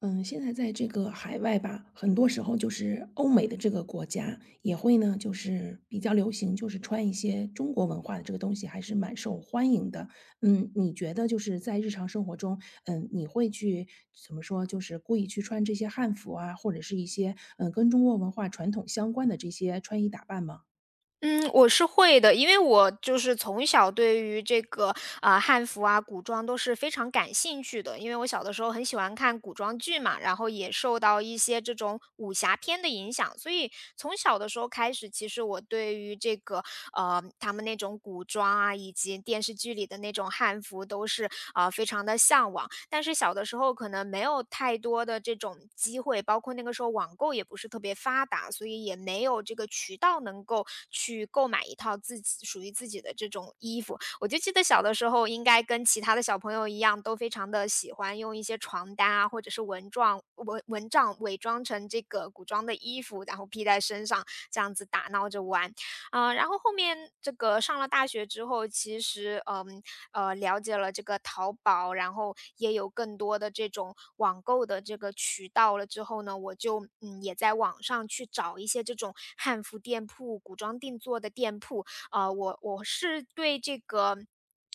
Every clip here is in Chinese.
嗯，现在在这个海外吧，很多时候就是欧美的这个国家也会呢，就是比较流行，就是穿一些中国文化的这个东西，还是蛮受欢迎的。嗯，你觉得就是在日常生活中，你会去怎么说，就是故意去穿这些汉服啊，或者是一些跟中国文化传统相关的这些穿衣打扮吗？嗯，我是会的，因为我就是从小对于这个汉服啊、古装都是非常感兴趣的，因为我小的时候很喜欢看古装剧嘛，然后也受到一些这种武侠片的影响，所以从小的时候开始，其实我对于这个他们那种古装啊，以及电视剧里的那种汉服都是非常的向往。但是小的时候可能没有太多的这种机会，包括那个时候网购也不是特别发达，所以也没有这个渠道能够去购买一套自己属于自己的这种衣服。我就记得小的时候，应该跟其他的小朋友一样，都非常的喜欢用一些床单啊，或者是蚊帐、蚊帐伪装成这个古装的衣服，然后披在身上，这样子打闹着玩。然后后面这个上了大学之后，其实了解了这个淘宝，然后也有更多的这种网购的这个渠道了之后呢，我就也在网上去找一些这种汉服店铺、古装定做的店铺，啊，我是对这个。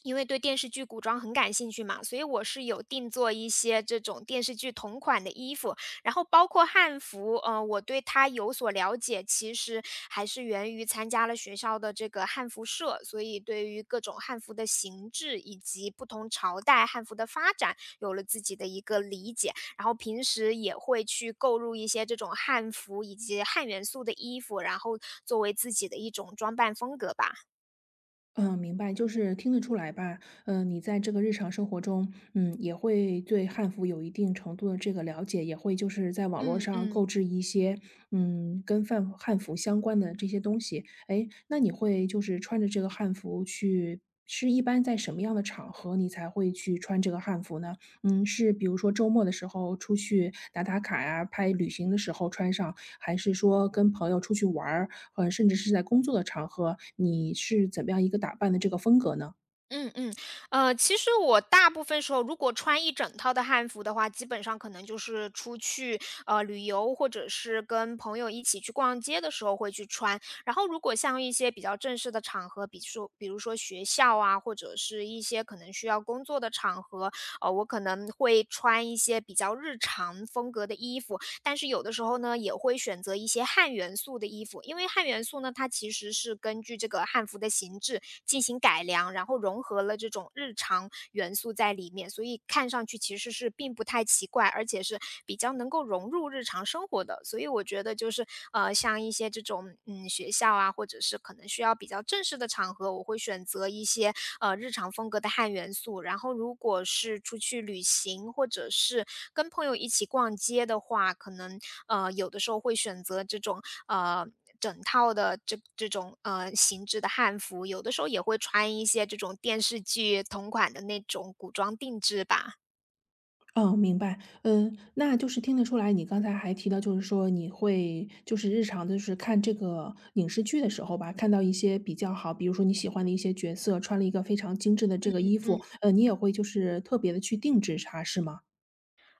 因为对电视剧古装很感兴趣嘛，所以我是有定做一些这种电视剧同款的衣服，然后包括汉服，我对它有所了解，其实还是源于参加了学校的这个汉服社，所以对于各种汉服的形制以及不同朝代汉服的发展有了自己的一个理解。然后平时也会去购入一些这种汉服以及汉元素的衣服，然后作为自己的一种装扮风格吧。嗯，明白，就是听得出来吧，嗯，你在这个日常生活中，也会对汉服有一定程度的这个了解，也会就是在网络嗯上嗯。购置一些，跟范汉服相关的这些东西。哎，那你会就是穿着这个汉服去，是一般在什么样的场合你才会去穿这个汉服呢？嗯，是比如说周末的时候出去打打卡呀、拍旅行的时候穿上，还是说跟朋友出去玩儿，甚至是在工作的场合，你是怎么样一个打扮的这个风格呢？嗯嗯，其实我大部分时候如果穿一整套的汉服的话，基本上可能就是出去旅游，或者是跟朋友一起去逛街的时候会去穿。然后如果像一些比较正式的场合，比如说学校啊，或者是一些可能需要工作的场合，我可能会穿一些比较日常风格的衣服。但是有的时候呢，也会选择一些汉元素的衣服，因为汉元素呢，它其实是根据这个汉服的形制进行改良，然后融合了这种日常元素在里面，所以看上去其实是并不太奇怪，而且是比较能够融入日常生活的。所以我觉得就是像一些这种学校啊，或者是可能需要比较正式的场合，我会选择一些日常风格的汉元素。然后，如果是出去旅行或者是跟朋友一起逛街的话，可能有的时候会选择这种呃整套的这种形制的汉服，有的时候也会穿一些这种电视剧同款的那种古装定制吧。哦，明白。嗯，那就是听得出来，你刚才还提到，就是说你会就是日常就是看这个影视剧的时候吧，看到一些比较好，比如说你喜欢的一些角色穿了一个非常精致的这个衣服，嗯。你也会就是特别的去定制它，是吗？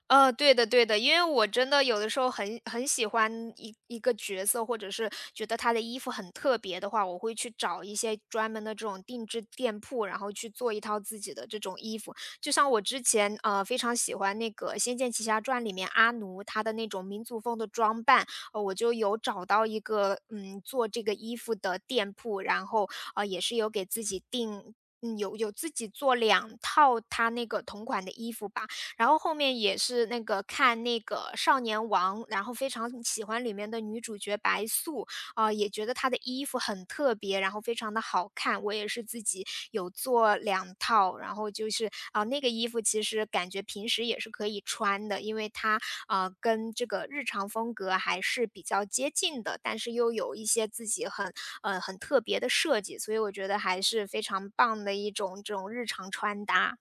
对的对的，因为我真的有的时候很喜欢一个角色，或者是觉得他的衣服很特别的话，我会去找一些专门的这种定制店铺，然后去做一套自己的这种衣服。就像我之前非常喜欢那个《仙剑奇侠传》里面阿奴他的那种民族风的装扮，我就有找到一个做这个衣服的店铺，然后也是有给自己定。嗯，有自己做两套他那个同款的衣服吧，然后后面也是那个看那个《少年王》，然后非常喜欢里面的女主角白素，啊，也觉得她的衣服很特别，然后非常的好看。我也是自己有做两套，然后就是，啊，那个衣服其实感觉平时也是可以穿的，因为它，啊，跟这个日常风格还是比较接近的，但是又有一些自己很很特别的设计，所以我觉得还是非常棒的一种这种日常穿搭。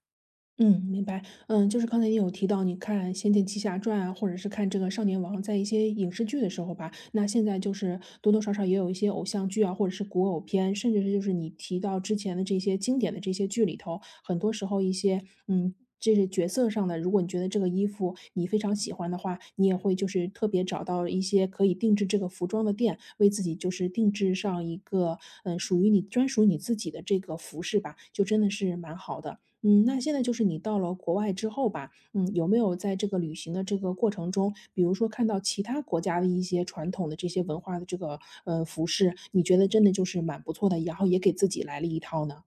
嗯，明白。嗯，就是刚才也有提到，你看《仙剑奇侠传》啊，或者是看这个《少年王》，在一些影视剧的时候吧，那现在就是多多少少也有一些偶像剧啊，或者是古偶片，甚至是就是你提到之前的这些经典的这些剧里头，很多时候一些这是角色上的，如果你觉得这个衣服你非常喜欢的话，你也会就是特别找到一些可以定制这个服装的店，为自己就是定制上一个属于你专属你自己的这个服饰吧，就真的是蛮好的。嗯，那现在就是你到了国外之后吧，嗯，有没有在这个旅行的这个过程中，比如说看到其他国家的一些传统的这些文化的这个服饰，你觉得真的就是蛮不错的，然后也给自己来了一套呢？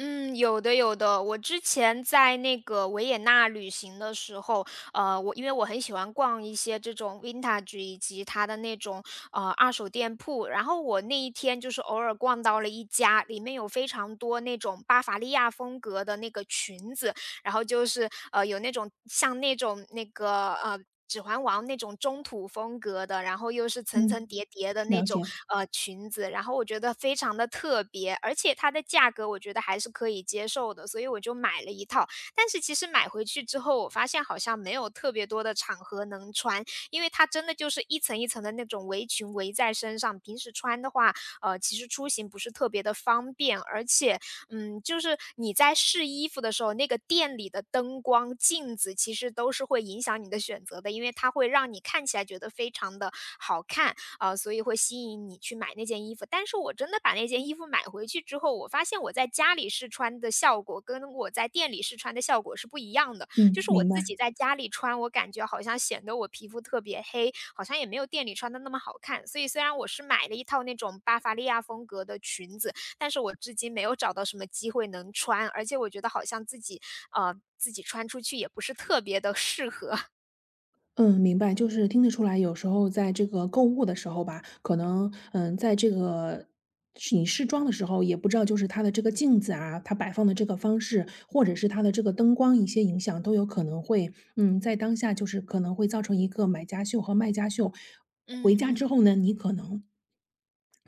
嗯，有的有的。我之前在那个维也纳旅行的时候，我因为我很喜欢逛一些这种 vintage 以及它的那种二手店铺，然后我那一天就是偶尔逛到了一家，里面有非常多那种巴伐利亚风格的那个裙子，然后就是有那种像那种那个。《指环王》那种中土风格的，然后又是层嗯，层叠叠的那了种解，裙子，然后我觉得非常的特别，而且它的价格我觉得还是可以接受的，所以我就买了一套。但是其实买回去之后，我发现好像没有特别多的场合能穿，因为它真的就是一层一层的那种围裙围在身上，平时穿的话，其实出行不是特别的方便，而且就是你在试衣服的时候，那个店里的灯光、镜子其实都是会影响你的选择的，因为它会让你看起来觉得非常的好看，啊，所以会吸引你去买那件衣服。但是我真的把那件衣服买回去之后，我发现我在家里试穿的效果跟我在店里试穿的效果是不一样的。就嗯，是我明白。自己在家里穿，我感觉好像显得我皮肤特别黑，好像也没有店里穿的那么好看。所以虽然我是买了一套那种巴伐利亚风格的裙子，但是我至今没有找到什么机会能穿，而且我觉得好像自己，自己穿出去也不是特别的适合。嗯，明白，就是听得出来，有时候在这个购物的时候吧，可能，嗯，在这个是你试妆的时候，也不知道就是它的这个镜子啊，它摆放的这个方式，或者是它的这个灯光一些影响，都有可能会，在当下就是可能会造成一个买家秀和卖家秀。回嗯家嗯。之后呢，你可能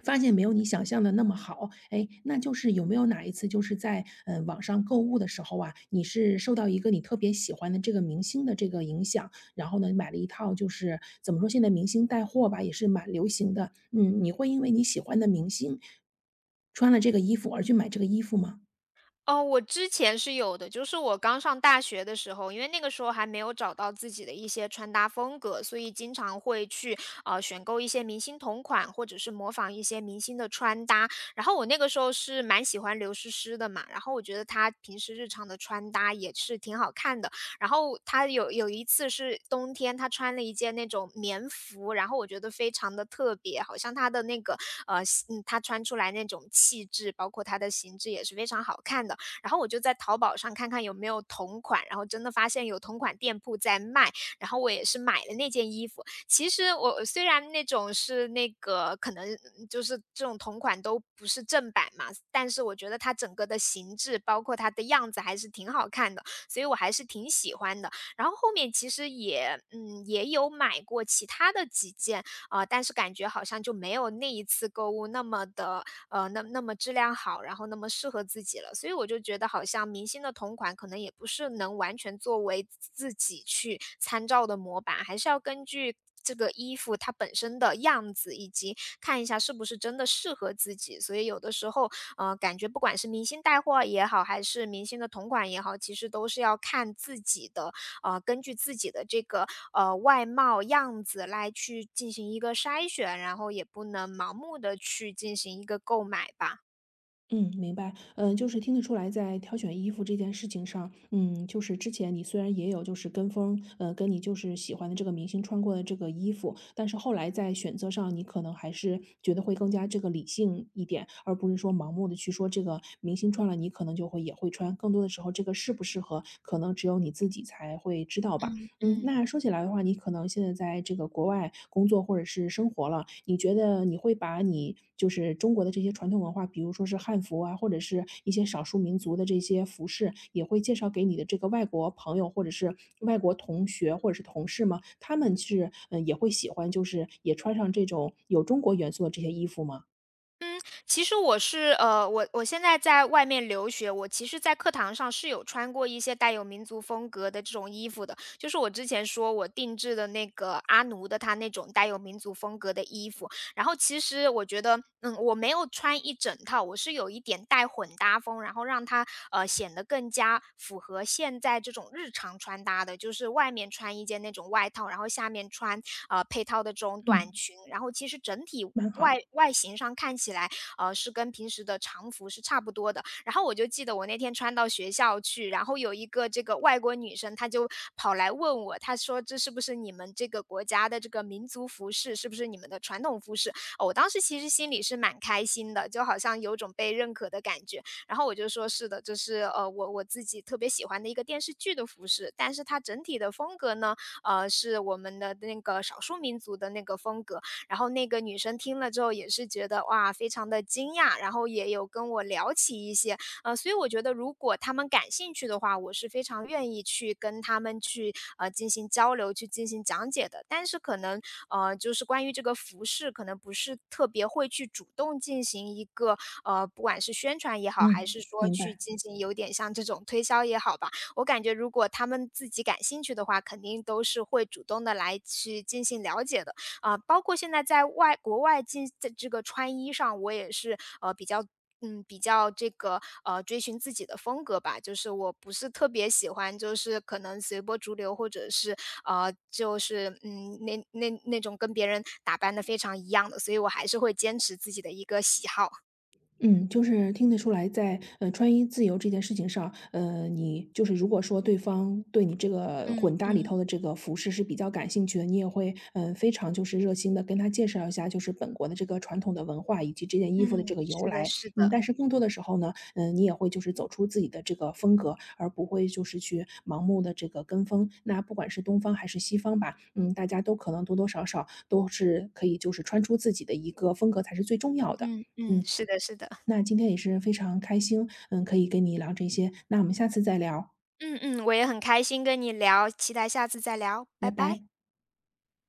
发现没有你想象的那么好，哎，那就是有没有哪一次就是在，网上购物的时候啊，你是受到一个你特别喜欢的这个明星的这个影响，然后呢，买了一套就是怎么说，现在明星带货吧，也是蛮流行的，嗯，你会因为你喜欢的明星穿了这个衣服而去买这个衣服吗？哦，我之前是有的，就是我刚上大学的时候，因为那个时候还没有找到自己的一些穿搭风格，所以经常会去选购一些明星同款，或者是模仿一些明星的穿搭。然后我那个时候是蛮喜欢刘诗诗的嘛，然后我觉得她平时日常的穿搭也是挺好看的。然后她有一次是冬天，她穿了一件那种棉服，然后我觉得非常的特别，好像她的那个呃，她穿出来那种气质，包括她的形制也是非常好看的。然后我就在淘宝上看看有没有同款，然后真的发现有同款店铺在卖，然后我也是买了那件衣服。其实我虽然那种是那个可能就是这种同款都不是正版嘛，但是我觉得它整个的形制，包括它的样子还是挺好看的，所以我还是挺喜欢的。然后后面其实也也有买过其他的几件但是感觉好像就没有那一次购物那么的那么质量好，然后那么适合自己了。所以我就觉得好像明星的同款可能也不是能完全作为自己去参照的模板，还是要根据这个衣服它本身的样子，以及看一下是不是真的适合自己。所以有的时候，感觉不管是明星带货也好，还是明星的同款也好，其实都是要看自己的根据自己的这个外貌样子来去进行一个筛选，然后也不能盲目的去进行一个购买吧。嗯，明白。嗯，就是听得出来，在挑选衣服这件事情上，就是之前你虽然也有就是跟风，跟你就是喜欢的这个明星穿过的这个衣服，但是后来在选择上，你可能还是觉得会更加这个理性一点，而不是说盲目的去说这个明星穿了，你可能就会也会穿。更多的时候，这个适不适合，可能只有你自己才会知道吧。嗯嗯，嗯那说起来的话，你可能现在在这个国外工作或者是生活了，你觉得你会把你就是中国的这些传统文化，比如说是汉服啊，或者是一些少数民族的这些服饰，也会介绍给你的这个外国朋友或者是外国同学或者是同事吗？他们是也会喜欢，就是也穿上这种有中国元素的这些衣服吗？嗯，其实我现在在外面留学，我其实，在课堂上是有穿过一些带有民族风格的这种衣服的，就是我之前说我定制的那个阿奴的他那种带有民族风格的衣服，然后其实我觉得，嗯，我没有穿一整套，我是有一点带混搭风，然后让它显得更加符合现在这种日常穿搭的，就是外面穿一件那种外套，然后下面穿配套的这种嗯，短裙，然后其实整体。蛮外好。外形上看起来，是跟平时的常服是差不多的，然后我就记得我那天穿到学校去，然后有一个这个外国女生，她就跑来问我，她说：“这是不是你们这个国家的这个民族服饰？是不是你们的传统服饰？”哦我当时其实心里是蛮开心的，就好像有种被认可的感觉。然后我就说：“是的，这是我自己特别喜欢的一个电视剧的服饰，但是它整体的风格呢，是我们的那个少数民族的那个风格。”然后那个女生听了之后也是觉得哇，非常的惊讶，然后也有跟我聊起一些，所以我觉得如果他们感兴趣的话，我是非常愿意去跟他们去进行交流，去进行讲解的。但是可能就是关于这个服饰，可能不是特别会去主动进行一个不管是宣传也好，还嗯，是说明去白。进行有点像这种推销也好吧。我感觉如果他们自己感兴趣的话，肯定都是会主动的来去进行了解的。啊，包括现在在外国外进在这个穿衣上，我也是，比较比较这个，追寻自己的风格吧。就是我不是特别喜欢，就是可能随波逐流，或者是，那种跟别人打扮的非常一样的，所以我还是会坚持自己的一个喜好。嗯，就是听得出来在，穿衣自由这件事情上，你就是如果说对方对你这个嗯混搭里嗯头的这个服饰是比较感兴趣的，你也会，非常就是热心的跟他介绍一下，就是本国的这个传统的文化以及这件衣服的嗯，这个由是的来。是嗯，的，但是更多的时候呢，你也会就是走出自己的这个风格，而不会就是去盲目的这个跟风。那不管是东方还是西方吧，嗯，大家都可能多多少少都是可以就是穿出自己的一个风格才是最重要的。嗯嗯，嗯。是的是的。那今天也是非常开心，嗯，可以跟你聊这些，那我们下次再聊，嗯嗯，我也很开心跟你聊，期待下次再聊，拜拜拜。拜。